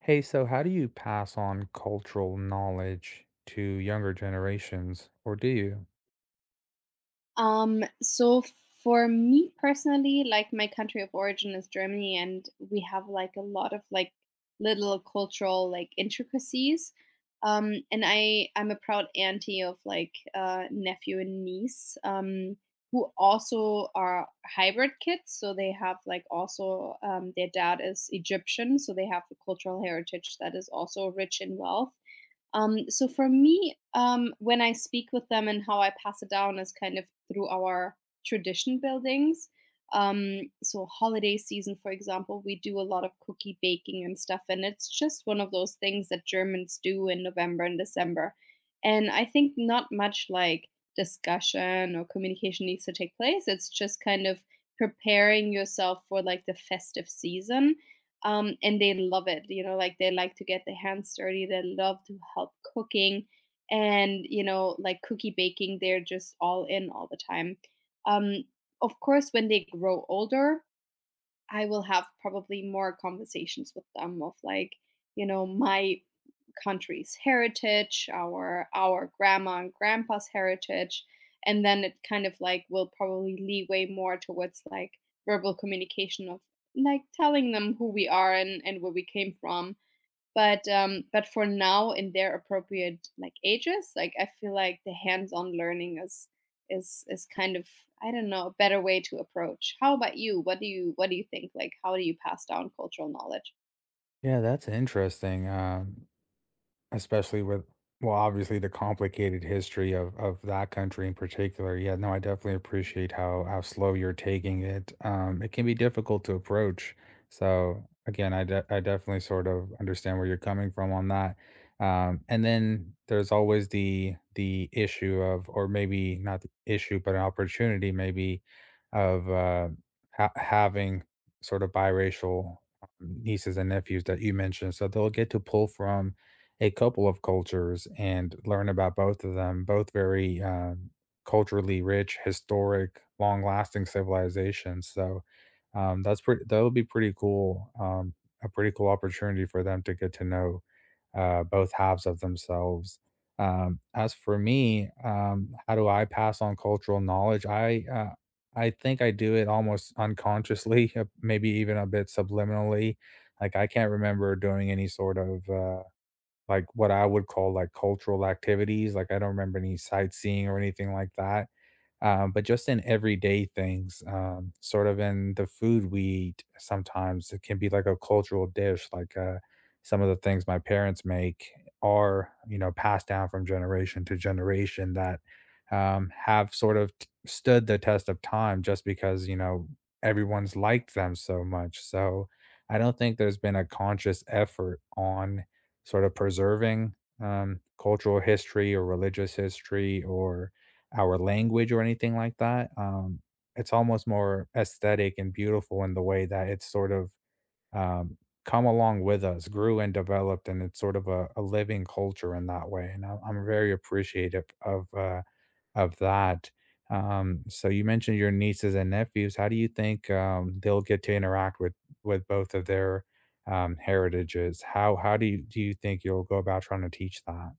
Hey, so how do you pass on cultural knowledge to younger generations, or do you? So for me personally, like my country of origin is Germany, and we have like a lot of like little cultural like intricacies. And I I'm a proud auntie of nephew and niece, who also are hybrid kids. So they have like also their dad is Egyptian, so they have a cultural heritage that is also rich in wealth, for me, when I speak with them and how I pass it down is kind of through our tradition buildings. So holiday season, for example, we do a lot of cookie baking and stuff, and it's just one of those things that Germans do in November and December. And I think not much like discussion or communication needs to take place. It's just kind of preparing yourself for like the festive season, and they love it. You know, like they like to get their hands dirty. They love to help cooking, and like cookie baking. They're just all in all the time. Um, of course, when they grow older, I will have probably more conversations with them of like, my country's heritage, our grandma and grandpa's heritage, and then it kind of like will probably leeway more towards like verbal communication of like telling them who we are and where we came from but for now in their appropriate, like, ages, like, I feel like the hands-on learning is is kind of, I don't know, a better way to approach. How about you? What do you what do you think? Like, how do you pass down cultural knowledge? Yeah, that's interesting. Especially with well, obviously, the complicated history of that country in particular. Yeah, no, I definitely appreciate how slow you're taking it. It can be difficult to approach. I definitely sort of understand where you're coming from on that. Um, and then there's always the issue of, or maybe not the issue, but an opportunity maybe of having sort of biracial nieces and nephews that you mentioned, so they'll get to pull from a couple of cultures and learn about both of them, both very culturally rich, historic, long lasting civilizations. So that's pretty, that'll be pretty cool, a pretty cool opportunity for them to get to know both halves of themselves. As for me, how do I pass on cultural knowledge? I think I do it almost unconsciously, maybe even a bit subliminally. Like, I can't remember doing any sort of like, what I would call, like, cultural activities. Like, I don't remember any sightseeing or anything like that, but just in everyday things, sort of in the food we eat. Sometimes it can be like a cultural dish. Some of the things my parents make are, you know, passed down from generation to generation that have sort of stood the test of time just because, you know, everyone's liked them so much. So I don't think there's been a conscious effort on sort of preserving cultural history or religious history or our language or anything like that. It's almost more aesthetic and beautiful in the way that it's sort of um, come along with us, grew and developed, and it's sort of a living culture in that way. And I'm very appreciative of of that. So you mentioned your nieces and nephews. How do you think they'll get to interact with both of their heritages? How do you think you'll go about trying to teach that?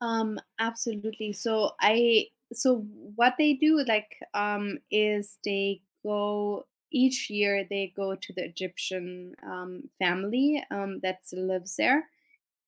Absolutely. So what they do, like, is they go each year they go to the Egyptian family that still lives there.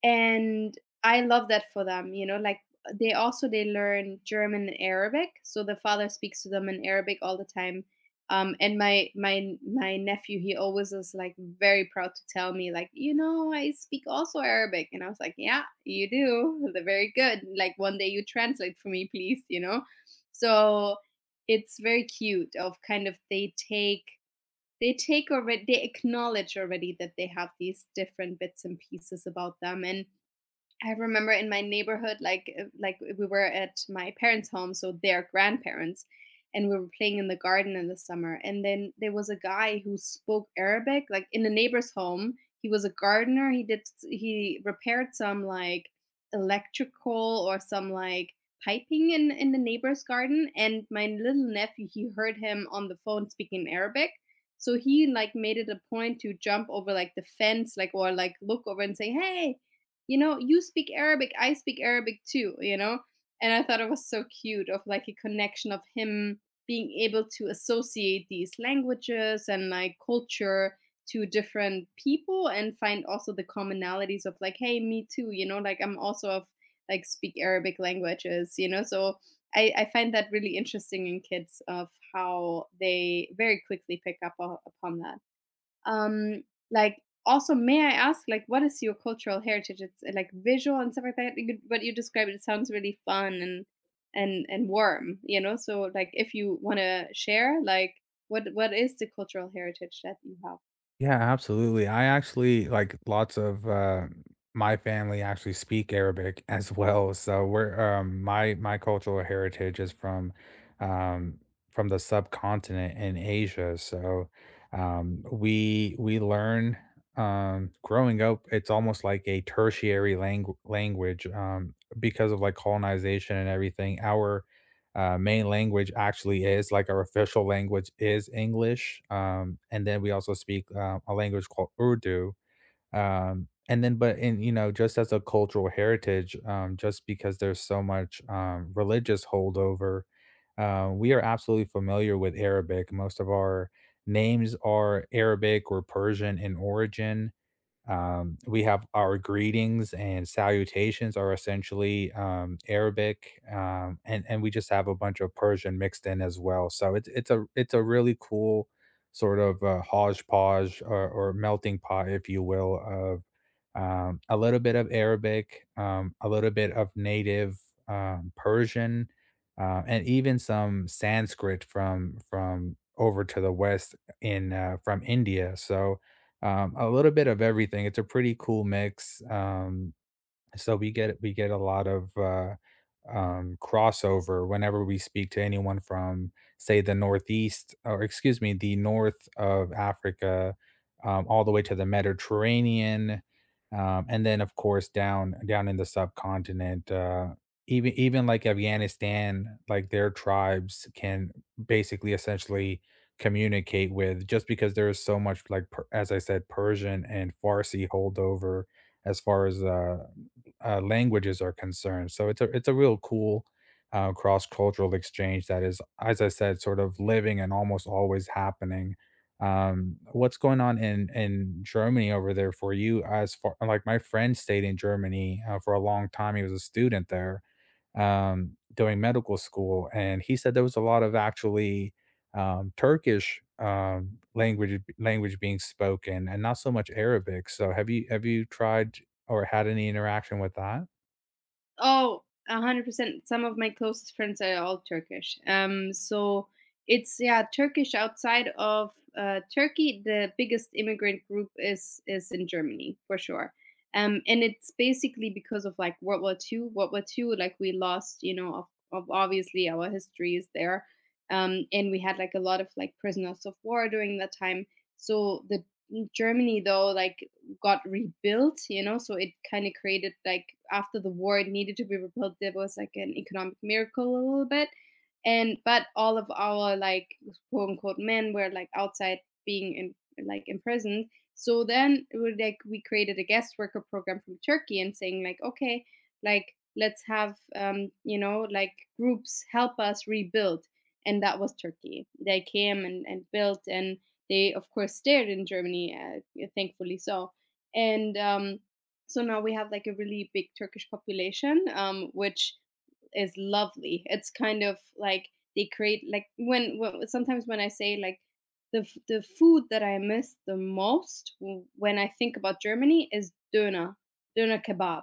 And I love that for them, you know, like they also they learn German and Arabic, so the father speaks to them in Arabic all the time. And my nephew, he always is like very proud to tell me, like, you know, I speak also Arabic. And I was like, yeah, you do. They're very good. Like one day you translate for me, please, you know? So it's very cute of kind of they take already they acknowledge already that they have these different bits and pieces about them. And I remember in my neighborhood, we were at my parents' home, so their grandparents, and we were playing in the garden in the summer. And then there was a guy who spoke Arabic, like in the neighbor's home. He was a gardener. He repaired some like electrical or some like piping in the neighbor's garden. And my little nephew, he heard him on the phone speaking Arabic. So he like made it a point to jump over like the fence, like or like look over and say, "Hey, you know, you speak Arabic, I speak Arabic too, you know?" And I thought it was so cute of like a connection of him being able to associate these languages and like culture to different people and find also the commonalities of like, hey, me too, you know, like I'm also of like speak Arabic languages, you know? So I find that really interesting in kids of how they very quickly pick up upon that. Um, like also, may I ask, like, what is your cultural heritage? It's like visual and stuff like that. You could, what you described, it sounds really fun and and warm, you know. So, like, if you want to share, like, what is the cultural heritage that you have? Yeah, absolutely. I actually like lots of my family actually speak Arabic as well. So we're my cultural heritage is um from the subcontinent in Asia. So we learn growing up, it's almost like a tertiary language because of like colonization and everything. Our main language, actually, is like, our official language is English. And then we also speak a language called Urdu. And then, but in, you know, just as a cultural heritage, just because there's so much religious holdover, we are absolutely familiar with Arabic. Most of our names are Arabic or Persian in origin. We have, our greetings and salutations are essentially Arabic, and we just have a bunch of Persian mixed in as well. So it's a really cool sort of hodgepodge or melting pot, if you will, of a little bit of Arabic, a little bit of native Persian, and even some Sanskrit from over to the west in from India. So a little bit of everything. It's a pretty cool mix. So we get a lot of crossover whenever we speak to anyone from, say, the northeast, or excuse me, the north of Africa, all the way to the Mediterranean, and then, of course, down in the subcontinent. Even like Afghanistan, like their tribes can basically essentially communicate with, just because there is so much as I said, Persian and Farsi holdover as far as languages are concerned. So it's a real cool cross cultural exchange that is, as I said, sort of living and almost always happening. What's going on in Germany over there for you? As far like, my friend stayed in Germany for a long time. He was a student there, during medical school, and he said there was a lot of, actually, Turkish language being spoken, and not so much Arabic. So, have you tried or had any interaction with that? Oh, 100%. Some of my closest friends are all Turkish. So it's yeah, Turkish outside of Turkey, the biggest immigrant group is in Germany for sure. And it's basically because of like World War Two. World War Two, like we lost, you know, of obviously our history is there. And we had like a lot of like prisoners of war during that time. So the Germany though, like got rebuilt, you know, so it kind of created like after the war it needed to be rebuilt, there was like an economic miracle a little bit, and but all of our like quote unquote men were like outside being in, like imprisoned, so then it would like we created a guest worker program from Turkey and saying like, okay, like let's have you know like groups help us rebuild, and that was Turkey, they came and built, and they of course stayed in Germany, thankfully so. And um, so now we have like a really big Turkish population, which is lovely. It's kind of like they create like when sometimes when I say like the food that I miss the most when I think about Germany is döner, döner kebab.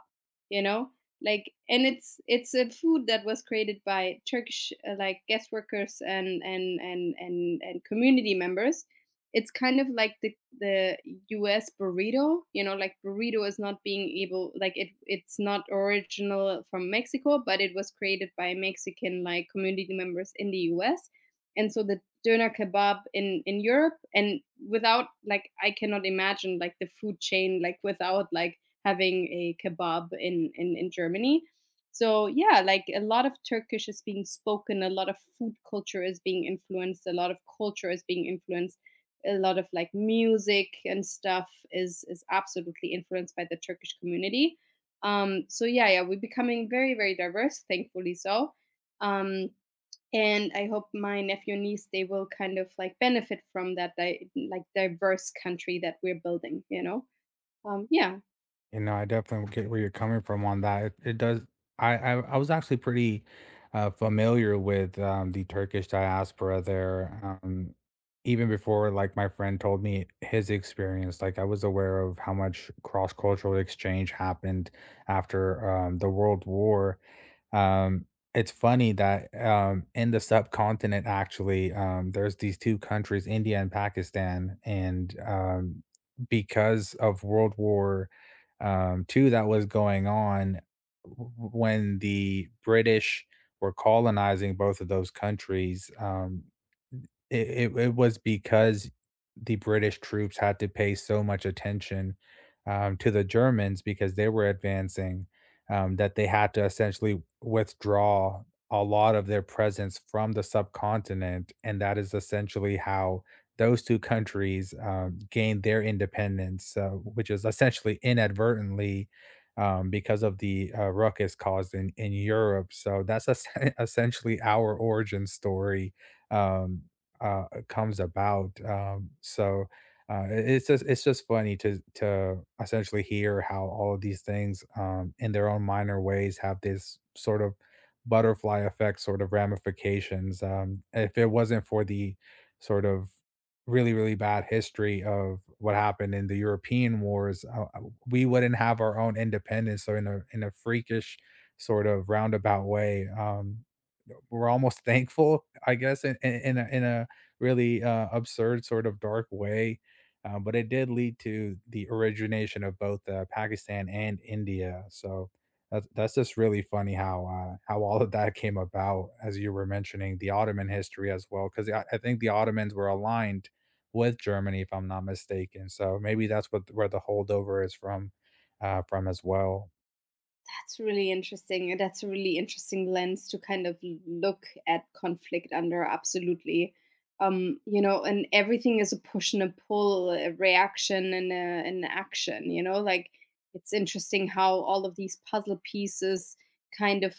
You know, like and it's a food that was created by Turkish like guest workers and and community members. It's kind of like the US burrito, you know, like burrito is not being able like it it's not original from Mexico, but it was created by Mexican like community members in the US. And so the doner kebab in Europe, and without like I cannot imagine like the food chain like without like having a kebab in Germany. So yeah, like a lot of Turkish is being spoken, a lot of food culture is being influenced, a lot of culture is being influenced, a lot of like music and stuff is absolutely influenced by the Turkish community. So yeah, yeah, we're becoming very very diverse, thankfully so. Um, and I hope my nephew and niece they will kind of like benefit from that like diverse country that we're building. You know, yeah. You know, I definitely get where you're coming from on that. It does. I was actually pretty familiar with the Turkish diaspora there, even before, like, my friend told me his experience. Like, I was aware of how much cross cultural exchange happened after the World War. Um, it's funny that in the subcontinent, actually, there's these two countries, India and Pakistan, and because of World War too that was going on when the British were colonizing both of those countries. It, it was because the British troops had to pay so much attention to the Germans because they were advancing, that they had to essentially withdraw a lot of their presence from the subcontinent. And that is essentially how those two countries gained their independence, which is essentially inadvertently because of the ruckus caused in Europe. So that's essentially our origin story. Um, comes about. It's just funny to essentially hear how all of these things, in their own minor ways, have this sort of butterfly effect, sort of ramifications. If it wasn't for the sort of really bad history of what happened in the European wars, we wouldn't have our own independence. So in a freakish sort of roundabout way. We're almost thankful, I guess, in in a really, absurd sort of dark way, but it did lead to the origination of both, Pakistan and India, so that's just really funny how all of that came about, as you were mentioning the Ottoman history as well, 'cause I think the Ottomans were aligned with Germany, if I'm not mistaken, so maybe that's what where the holdover is from as well. That's really interesting. That's a really interesting lens to kind of look at conflict under, absolutely. You know, and everything is a push and a pull, a reaction and an action, you know, like it's interesting how all of these puzzle pieces kind of,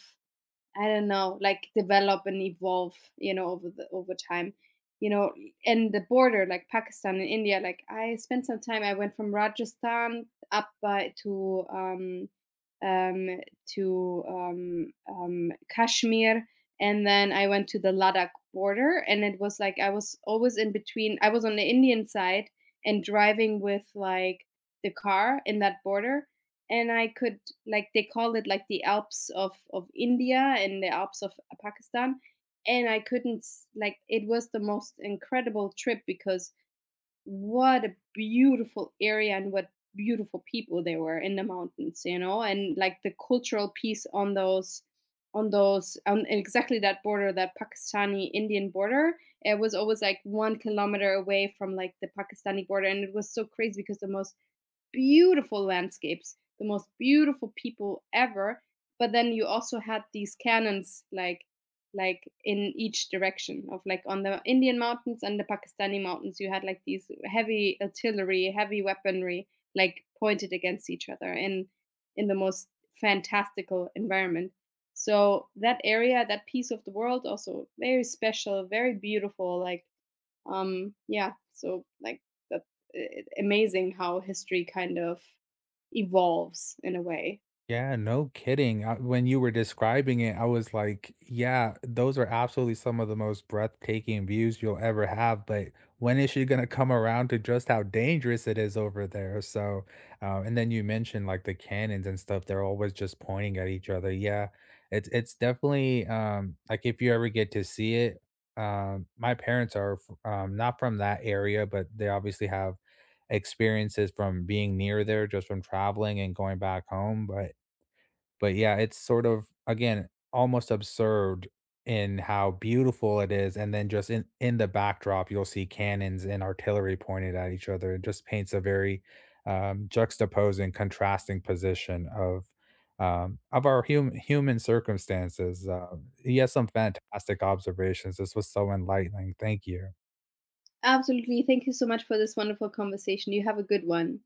I don't know, like develop and evolve, you know, over the over time. You know, and the border, like Pakistan and India, like I spent some time. I went from Rajasthan up by to um, Kashmir, and then I went to the Ladakh border, and it was like I was always in between. I was on the Indian side and driving with like the car in that border, and I could like they call it like the Alps of India and the Alps of Pakistan, and I couldn't like it was the most incredible trip because what a beautiful area and what beautiful people they were in the mountains, you know, and like the cultural piece on those on exactly that border, that Pakistani Indian border. It was always like 1 kilometer away from like the Pakistani border, and it was so crazy because the most beautiful landscapes, the most beautiful people ever. But then you also had these cannons, like in each direction of like on the Indian mountains and the Pakistani mountains, you had like these heavy artillery, heavy weaponry, like pointed against each other in the most fantastical environment. So that area, that piece of the world, also very special, very beautiful, like yeah, so like that's i- amazing how history kind of evolves in a way. Yeah, no kidding. I, when you were describing it, I was like, yeah, those are absolutely some of the most breathtaking views you'll ever have. But when is she going to come around to just how dangerous it is over there? So, and then you mentioned, like, the cannons and stuff, they're always just pointing at each other. Yeah, it's definitely like, if you ever get to see it, my parents are not from that area, but they obviously have experiences from being near there just from traveling and going back home, but yeah, it's sort of again almost absurd in how beautiful it is, and then just in the backdrop, you'll see cannons and artillery pointed at each other. It just paints a very juxtaposing, contrasting position of, of our human circumstances. He has some fantastic observations. This was so enlightening. Thank you. Absolutely. Thank you so much for this wonderful conversation. You have a good one.